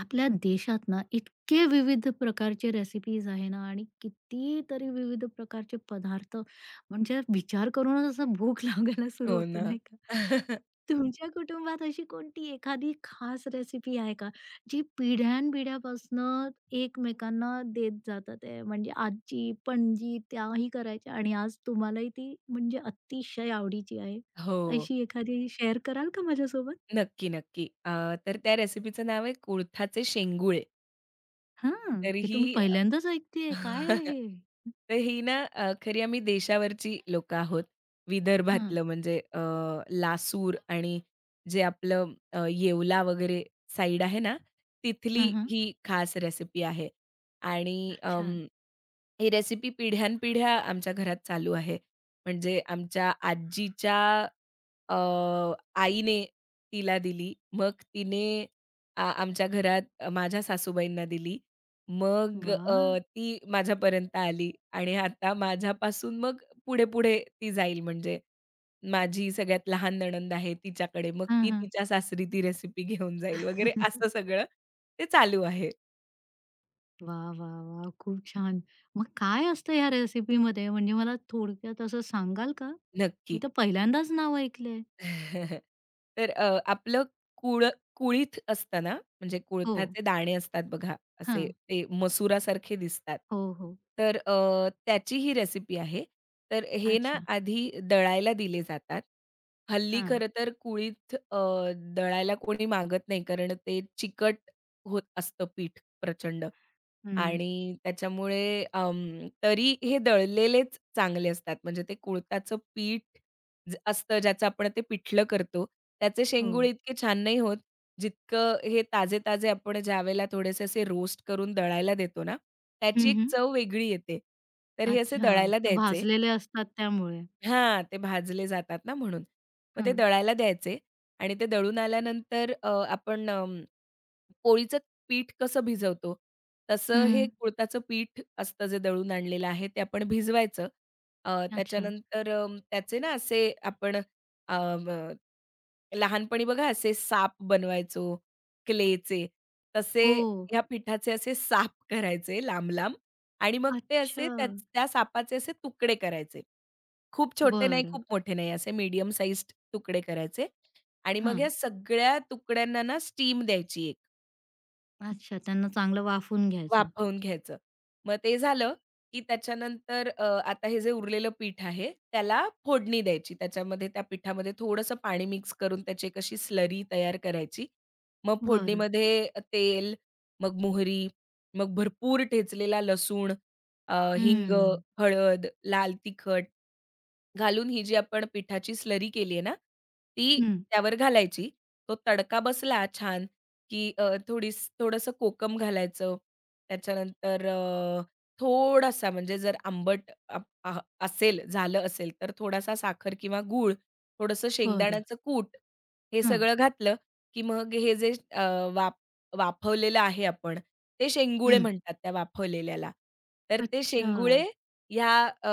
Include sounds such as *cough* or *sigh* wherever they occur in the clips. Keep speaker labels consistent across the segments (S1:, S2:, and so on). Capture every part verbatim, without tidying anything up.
S1: आपल्या देशात ना इतके विविध प्रकारचे रेसिपीज आहे ना आणि कितीतरी विविध प्रकारचे पदार्थ म्हणजे विचार करूनच असं भूक *laughs* लागायला सुरू
S2: हो
S1: होते
S2: ना.
S1: नाही का?
S2: *laughs*
S1: तुमच्या कुटुंबात अशी कोणती एखादी खास रेसिपी आहे का? जी पिढ्यानपिढ्यापासनं एकमेकांना देत जातात आहे? म्हणजे आजी, पणजी त्याही करायच्या आणि आज तुम्हालाही ती म्हणजे अतिशय आवडीची आहे.
S2: हो.
S1: अशी एखादी शेअर कराल का माझ्यासोबत?
S2: नक्की, नक्की. अ, तर त्या रेसिपीचं नाव आहे कुळथाचे शेंगुळे.
S1: हां,
S2: तर
S1: हे
S2: ही
S1: तुम्ही
S2: अ,
S1: पहिल्यांदाच ऐकतेय. काय आहे
S2: *laughs*
S1: हे?
S2: तर ही ना अ, खरी आम्ही देशावरची लोकं आहोत.
S1: हां.
S2: विदर्भातलं म्हणजे अ, लासूर आणि जे आपलं अ, येवला वगैरे साईड आहे ना, तिथली
S1: हां, हां.
S2: ही खास रेसिपी आहे. आणि अं,
S1: अच्छा.
S2: ही रेसिपी पिढ्यानपिढ्या आमच्या घरात चालू आहे. म्हणजे आमच्या आजीच्या अ, आईने तिला दिली. मग तिने आ आमच्या घरात अ, माझ्या सासूबाईंना दिली. मग
S1: वाह!
S2: अ, ती माझ्यापर्यंत आली आणि आता माझ्यापासून मग पुढे-पुढे ती जाईल म्हणजे माझी सगळ्यात लहान नणंद आहे तिच्याकडे, मग
S1: हां,
S2: ती
S1: हां.
S2: तिच्या सासरी ती रेसिपी घेऊन जाईल वगैरे असं
S1: *laughs*
S2: सगळं ते चालू आहे.
S1: वाह, वाह, वाह! खूप छान. मग काय असतं या रेसिपीमध्ये? म्हणजे मला थोडक्यात असं सांगाल का? मी
S2: नक्की.
S1: तर पहिल्यांदाच नाव ऐकलंय.
S2: *laughs* तर अ, आपलं कुळ कुळीथ असतं ना, म्हणजे
S1: हो.
S2: कुळथाचे दाणे असतात बघा, असे
S1: हां.
S2: ते मसुरासारखे दिसतात.
S1: हो, हो.
S2: तर अ, त्याची ही रेसिपी आहे. तर हे ना
S1: अच्छा.
S2: आधी दळायला दिले जातात. हल्ली
S1: हां.
S2: खरं तर कुळीथ अ, दळायला कोणी मागत नाही, कारण ते चिकट होत असतं पीठ प्रचंड
S1: हं.
S2: आणि त्याच्यामुळे अं, तरी हे दळलेलेच चांगले असतात. म्हणजे ते कुळथाचं पीठ ज असतं ज्याचं आपण ते पिठलं करतो. त्याचे
S1: हो.
S2: शेंगूळ इतके छान नाही होत, जितकं हे ताजे-ताजे आपण ज्यावेळेला थोडेसे असे रोस्ट करून दळायला देतो ना,
S1: हं,
S2: त्याची एक
S1: हं.
S2: चव वेगळी येते. तर हे असे
S1: अच्छा.
S2: दळायला
S1: ते
S2: द्यायचे.
S1: भाजलेले असतात त्यामुळे.
S2: हां, ते भाजले जातात ना म्हणून. मग ते
S1: हं.
S2: दळायला द्यायचे आणि ते दळून आल्यानंतर अ, आपण पोळीचं पीठ कसं भिजवतो, तसं हे
S1: हं.
S2: कुळथाचं पीठ असतं जे दळून आणलेलं आहे ते आपण भिजवायचं. अ,
S1: अच्छा.
S2: त्याच्यानंतर अ, त्याचे ना असे आपण अ, म लहानपणी बघा असे साप बनवायचो क्लेचे, तसे
S1: हो.
S2: ह्या पिठाचे असे साप करायचे लांब-लांब आणि मग ते
S1: अच्छा.
S2: असे त्या त्या सापाचे असे तुकडे करायचे. खूप छोटे नाही,
S1: बरं.
S2: खूप मोठे नाही असे मीडियम साइज्ड तुकडे करायचे आणि मग
S1: हां.
S2: या सगळ्या तुकड्यांना ना स्टीम द्यायची एक.
S1: अच्छा. त्यांना चांगलं वाफवून घ्यायचं.
S2: वाफवून घ्यायचं. मग ते झालं, की त्याच्यानंतर अ, आता हे जे उरलेलं पीठ आहे, त्याला फोडणी द्यायची. त्याच्यामध्ये त्या पिठामध्ये थोडंसं पाणी मिक्स करून त्याची एक अशी स्लरी तयार करायची. मग
S1: बरं.
S2: फोडणीमध्ये अ, तेल, मग मोहरी, मग भरपूर ठेचलेला लसूण, अ, हिंग,
S1: हं.
S2: हळद, लाल तिखट घालून ही जी आपण पिठाची स्लरी केली आहे ना, ती
S1: हं.
S2: त्यावर घालायची. तो तडका बसला छान, की अ, थोडीस थोडंसं कोकम घालायचं. त्याच्यानंतर अ, थोडासा म्हणजे जर आंबट अ, आह, असेल झालं असेल, तर थोडासा साखर किंवा गूळ, थोडंसं
S1: बरं.
S2: शेंगदाण्याचं कूट हे
S1: हं,
S2: सगळं घातलं, की मग हे जे अ, वाफ वाफवलेलं आहे आपण, ते शेंगुळे
S1: हं.
S2: म्हणतात त्या वाफवलेल्याला. तर ते
S1: अच्छा.
S2: शेंगुळे ह्या अ,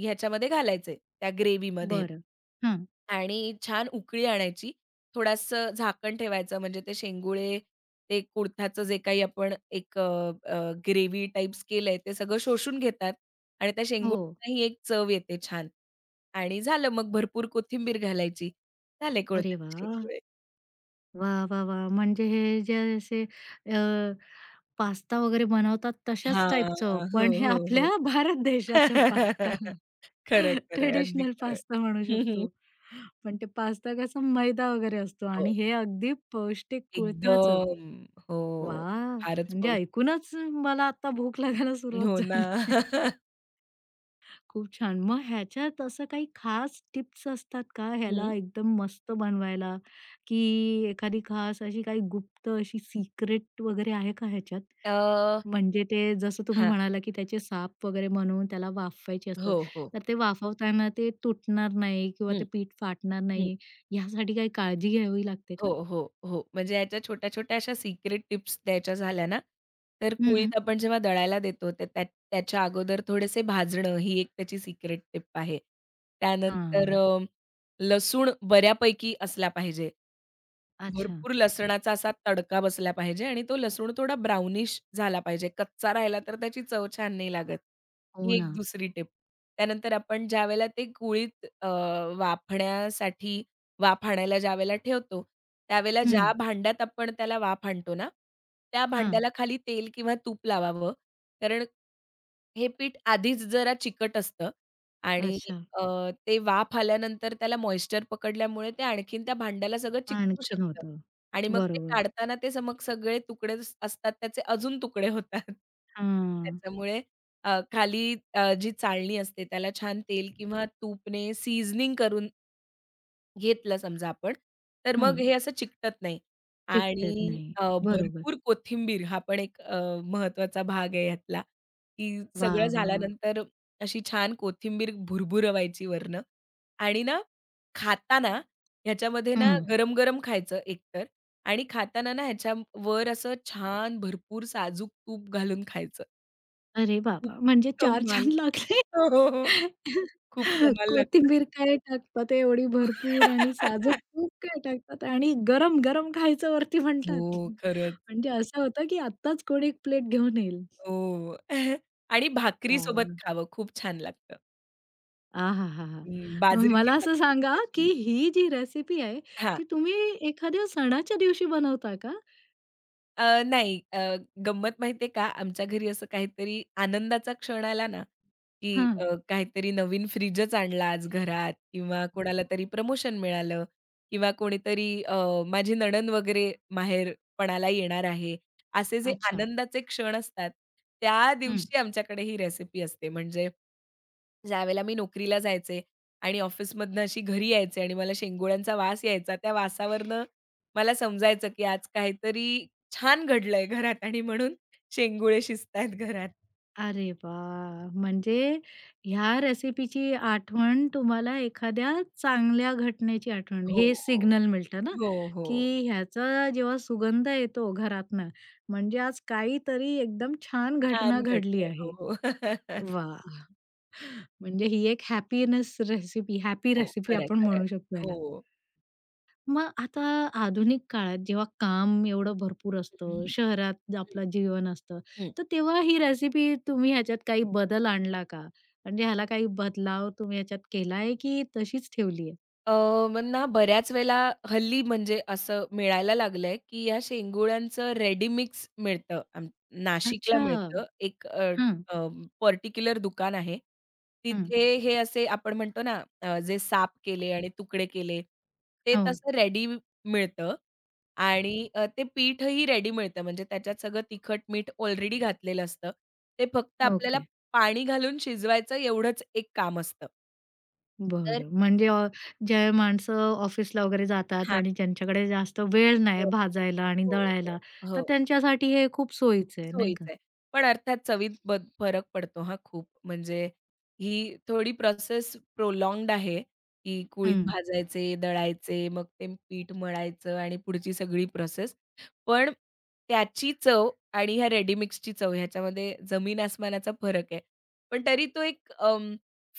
S2: ह्याच्यामध्ये घालायचे त्या ग्रेव्हीमध्ये
S1: बरं. हं.
S2: आणि छान उकळी आणायची. थोडंसं झाकण ठेवायचं म्हणजे ते शेंगुळे, ते कुडथाचं जे काही आपण एक अ, अ, ग्रेव्ही टाइप्स केलंय ते सगळं शोषून घेतात आणि त्या
S1: हो.
S2: शेंगुळ्यांनाही एक चव येते छान. आणि झालं मग भरपूर कोथिंबीर घालायची. झाले
S1: अरे
S2: कुळथाचे
S1: वाह!
S2: शेंगुळे.
S1: वाह, वाह, वाह! म्हणजे हे जे असे अ, पास्ता वगैरे बनवतात तशाच
S2: हां.
S1: टाईपचं,
S2: हो,
S1: पण हे
S2: हो, हो.
S1: आपल्या *laughs* भारत देशाचं पास्ता.
S2: *laughs* खरंय, खरंय. अगदी
S1: ट्रेडिशनल
S2: खरंय.
S1: पास्ता म्हणू
S2: *laughs*
S1: शकतो. पण ते पास्ता कसा मैदा वगैरे असतो
S2: हो.
S1: आणि हे अगदी पौष्टिक कुळथाचं.
S2: एकदम. हो.
S1: वाह!
S2: फारच.
S1: म्हणजे ऐकूनच मला आता भूक लागायला
S2: हो
S1: सुरुवात
S2: ना.
S1: झाली.
S2: *laughs*
S1: खूप छान. मग ह्याच्यात असं काही खास टिप्स असतात का
S2: हं.
S1: ह्याला एकदम मस्त बनवायला? की एखादी खास अशी काही गुप्त अशी सिक्रेट वगैरे आहे का ह्याच्यात?
S2: अ,
S1: म्हणजे ते जसं तुम्ही
S2: हां.
S1: म्हणाला, की त्याचे साप वगैरे बनवून त्याला वाफवायचे असतात.
S2: हो, हो.
S1: तर ते वाफवताना ते तुटणार नाही किंवा ते पीठ फाटणार
S2: हं.
S1: नाही ह्यासाठी काही काळजी घ्यावी लागते का?
S2: हो, हो, हो. म्हणजे याच्या छोट्या-छोट्या अशा सिक्रेट टिप्स द्यायच्या झाल्या ना, तर
S1: हं, हं.
S2: कुळीथ आपण जेव्हा दळायला देतो तर त्या त्याच्या अगोदर थोडेसे भाजणं ही एक त्याची सिक्रेट टिप आहे. त्यानंतर
S1: हां.
S2: अ, लसूण बऱ्यापैकी असला पाहिजे.
S1: अच्छा.
S2: भरपूर लसणाचा असा तडका बसला पाहिजे आणि तो लसूण थोडा ब्राउनिश झाला पाहिजे. कच्चा राहिला तर त्याची चव छान नाही लागत.
S1: हो
S2: ही
S1: ना.
S2: एक दुसरी टिप. त्यानंतर आपण ज्यावेळेला ते कुळीथ अ, वाफण्यासाठी वाफ आणायला ज्यावेळेला ठेवतो, त्यावेळेला हं. ज्या
S1: हं.
S2: भांड्यात आपण त्याला वाफ आणतो ना, त्या
S1: हां.
S2: भांड्याला खाली तेल किंवा तूप लावावं. कारण हे पीठ आधीच जरा चिकट असतं आणि
S1: अच्छा.
S2: अ, ते वाफ आल्यानंतर त्याला मॉइश्चर पकडल्यामुळे ते आणखीन त्या भांड्याला सगळं चिकटू
S1: आणखीन
S2: शकतं
S1: होतं.
S2: आणि मग ते
S1: बरोबर.
S2: काढताना ते स मग सगळे तुकडेच असतात त्याचे अजून तुकडे होतात. *laughs*
S1: हां.
S2: त्याच्यामुळे अ, खाली अ, जी चाळणी असते त्याला छान तेल किंवा तूपने सीझनिंग करून घेतलं समजा आपण, तर मग
S1: हं.
S2: हे असं चिकटत नाही.
S1: चिकटत
S2: आणि
S1: नाही.
S2: अ,
S1: बरोबर.
S2: भरपूर कोथिंबीर हा पण एक अ, महत्त्वाचा भाग आहे ह्यातला, की सगळं
S1: वाह! वाह! वाह!
S2: झाल्यानंतर अशी छान कोथिंबीर भुरभुरवायची वरनं आणि ना खाताना ह्याच्यामध्ये ना
S1: हं.
S2: गरम-गरम खायचं एकतर आणि खाताना ना ह्याच्यावर असं छान भरपूर साजूक तूप घालून खायचं.
S1: अरे
S2: खूप
S1: बाबा! म्हणजे चार
S2: कमाल.
S1: छान लागले.
S2: हो, हो, हो.
S1: *laughs*
S2: खूप कमाल लागतं.
S1: कोथिंबीर काय टाकतात एवढी भरपूर आणि साजूक
S2: *laughs*
S1: खूप काय टाकतात आणि गरम-गरम खायचं वरती
S2: हो,
S1: म्हणतात.
S2: खरंच.
S1: म्हणजे असं होतं की आत्ताच कोणी एक प्लेट घेऊन येईल.
S2: हो. *laughs* आणि भाकरी
S1: वाह!
S2: सोबत
S1: वाह!
S2: खावं खूप छान लागतं.
S1: आहाहाहा!
S2: हं,
S1: मग
S2: बाजरीची
S1: मला असं
S2: भाकरी
S1: सांगा की
S2: स्पेशली.
S1: ही जी रेसिपी आहे,
S2: हां.
S1: ती तुम्ही एखाद्या सणाच्या दिवशी बनवता का?
S2: अ, नाही अ, गंमत माहिती का, आमच्या घरी असं काहीतरी आनंदाचा क्षण आला ना, की
S1: हां.
S2: अ, काहीतरी नवीन फ्रिजच आणला आज घरात किंवा कोणाला तरी प्रमोशन मिळालं किंवा कोणीतरी अ, माझी नणंद वगैरे माहेरपणाला येणार आहे. असे जे
S1: अच्छा.
S2: आनंदाचे क्षण असतात, त्या दिवशी आमच्याकडे ही रेसिपी असते. म्हणजे ज्यावेळेला मी नोकरीला जायचे आणि ऑफिसमधनं अशी घरी यायचे आणि मला शेंगोळ्यांचा वास यायचा. त्या वासावरनं मला समजायचं, की आज काहीतरी छान घडलंय घरात आणि म्हणून शेंगुळे शिजतायत घरात.
S1: अरे वाह! म्हणजे ह्या रेसिपीची आठवण तुम्हाला एखाद्या चांगल्या घटनेची आठवण
S2: हो,
S1: हे
S2: हो.
S1: सिग्नल मिळतं ना,
S2: हो, हो.
S1: की ह्याचा जेव्हा सुगंध येतो घरातनं, म्हणजे आज काहीतरी एकदम छान घटना
S2: छान
S1: घडली
S2: घडलंय. हो,
S1: आहे.
S2: हो. *laughs*
S1: वाह! म्हणजे ही एक हॅपीनेस रेसिपी हॅपी
S2: हो.
S1: रेसिपी
S2: खरंय,
S1: आपण
S2: खरंय.
S1: म्हणू शकतो ह्याला.
S2: हो.
S1: मग आता आधुनिक काळात जेव्हा काम एवढं भरपूर असतं,
S2: हं.
S1: शहरात
S2: हं.
S1: आपलं जीवन असतं,
S2: हं.
S1: तर तेव्हा ही रेसिपी तुम्ही ह्याच्यात काही बदल आणला का? म्हणजे ह्याला काही बदलाव तुम्ही ह्याच्यात केलाय की तशीच ठेवली आहे?
S2: अ, मग ना बऱ्याच वेळेला हल्ली म्हणजे असं मिळायला लागलंय, की या शेंगोळ्यांचं रेडी मिक्स मिळतं. आम नाशिकला
S1: अच्छा.
S2: मिळतं. एक अ,
S1: हं,
S2: पर्टिक्युलर दुकान आहे.
S1: हं.
S2: तिथे हे असे आपण म्हणतो ना अ, जे साप केले आणि तुकडे केले, ते
S1: हो.
S2: तसं रेडी मिळतं आणि अ, ते पीठही रेडी मिळतं. म्हणजे त्याच्यात सगळं तिखट, मीठ ऑलरेडी घातलेलं असतं. ते फक्त आपल्याला
S1: ओके.
S2: पाणी घालून शिजवायचं एवढंच एक काम असतं. तर
S1: बरं. म्हणजे अ, जे माणसं ऑफिसला वगैरे जातात
S2: हां.
S1: आणि ज्यांच्याकडे जास्त वेळ नाही भाजायला आणि
S2: हो, हो.
S1: दळायला, तर
S2: हो,
S1: त्यांच्यासाठी हे खूप सोयीचं आहे, नाही का?
S2: सोयीचं आहे. पण अर्थात चवीत बद फरक पडतो हां खूप. म्हणजे ही थोडी प्रोसेस प्रोलॉन्ग्ड आहे, की कुळीथ
S1: हं,
S2: भाजायचे, दळायचे, मग ते पीठ मळायचं आणि पुढची सगळी प्रोसेस. पण त्याची चव आणि ह्या रेडी मिक्सची चव ह्याच्यामध्ये जमीन आसमानाचा फरक आहे. पण तरी तो एक अं,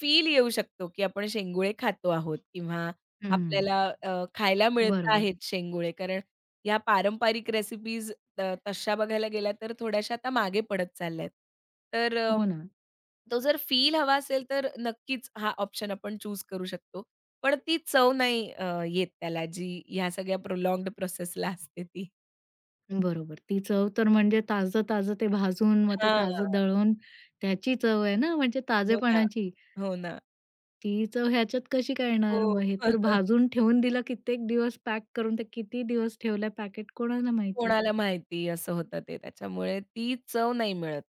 S2: फील येऊ शकतो, की आपण शेंगुळे खातो आहोत किंवा
S1: हं.
S2: आपल्याला अ, खायला मिळत
S1: बरोबर.
S2: आहेत शेंगुळे. कारण ह्या पारंपरिक रेसिपीज त तशा बघायला गेल्या तर थोड्याशा आता मागे पडत चालल्यात. तर अ,
S1: हो ना.
S2: तो जर फील हवा असेल तर नक्कीच हा ऑप्शन आपण चूज करू शकतो. पण ती चव नाही अ, येत त्याला जी ह्या सगळ्या प्रोलॉन्ग्ड प्रोसेसला असते ती.
S1: बरोबर. ती चव तर म्हणजे ताजं-ताजं ते भाजून, मग ते
S2: हां.
S1: ताजं दळून त्याची चव आहे ना, म्हणजे
S2: हो ना,
S1: ताजेपणाची.
S2: हो ना.
S1: ती चव ह्याच्यात कशी काय येणार? मग
S2: हो.
S1: हे तर
S2: *laughs*
S1: भाजून ठेवून दिलं कित्येक दिवस पॅक करून, ते किती दिवस ठेवलंय पॅकेट कोणाला माहिती.
S2: कोणाला माहिती असं होतं ते त्याच्यामुळे ती चव नाही मिळत.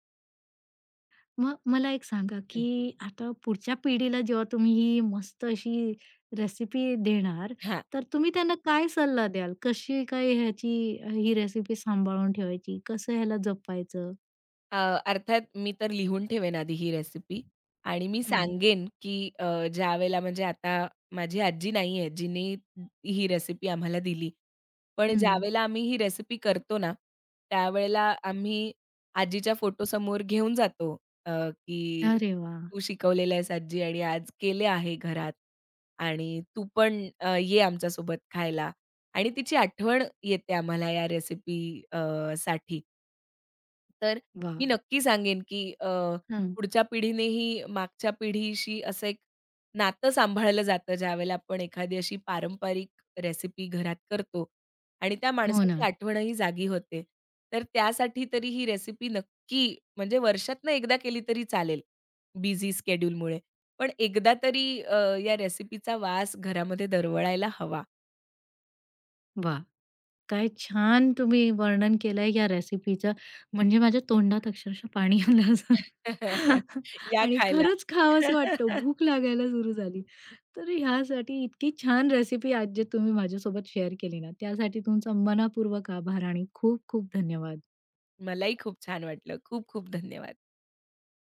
S1: मग मला एक सांगा,
S2: हं, हं.
S1: की आता पुढच्या पिढीला जेव्हा तुम्ही ही मस्त अशी रेसिपी देणार, तर तुम्ही त्यांना काय सल्ला द्याल? कशी काय ह्याची ही रेसिपी सांभाळून ठेवायची? कसं ह्याला जपायचं?
S2: अ, अर्थात मी तर लिहून ठेवेन आधी ही रेसिपी आणि मी
S1: हं,
S2: सांगेन, की अ, ज्यावेळेला म्हणजे आता माझी आजी नाहीये, जिने ही रेसिपी आम्हाला दिली. पण
S1: हं.
S2: ज्यावेळेला आम्ही ही रेसिपी करतो ना, त्यावेळेला आम्ही आजीच्या फोटोसमोर घेऊन जातो, अ, की
S1: अरे वाह!
S2: "तू शिकवलेलं आहेस आजी आणि आज केले आहे घरात आणि तू पण अ, ये आमच्यासोबत खायला." आणि तिची आठवण येते आम्हाला या रेसिपी साठी. तर मी
S1: वाह!
S2: नक्की सांगेन, की अ,
S1: हं.
S2: पुढच्या पिढीनेही मागच्या पिढीशी असं एक नातं सांभाळलं जातं, ज्यावेळेला आपण एखादी अशी पारंपरिक रेसिपी घरात करतो आणि त्या
S1: हो ना.
S2: माणसाची आठवणही जागी होते. तर त्यासाठी तरी ही रेसिपी नक्की म्हणजे वर्षातनं एकदा केली तरी चालेल, बिझी स्केड्यूलमुळे. पण एकदा तरी अ, या रेसिपीचा वास घरामध्ये दरवळायला हवा.
S1: वा, काय छान तुम्ही वर्णन केलंय या रेसिपीचं. म्हणजे माझ्या तोंडात अक्षरशः पाणी आलं असं.
S2: *laughs*
S1: *laughs*
S2: या
S1: आणि
S2: खायला.
S1: खरंच खावंसं वाटतं.
S2: *laughs*
S1: भूक लागायला सुरू झाली. तर ह्यासाठी इतकी छान रेसिपी आज जे तुम्ही माझ्यासोबत शेअर केली ना, त्यासाठी तुमचा मनःपूर्वक आभार आणि खूप खूप धन्यवाद.
S2: मलाही खूप छान वाटलं. खूप खूप धन्यवाद.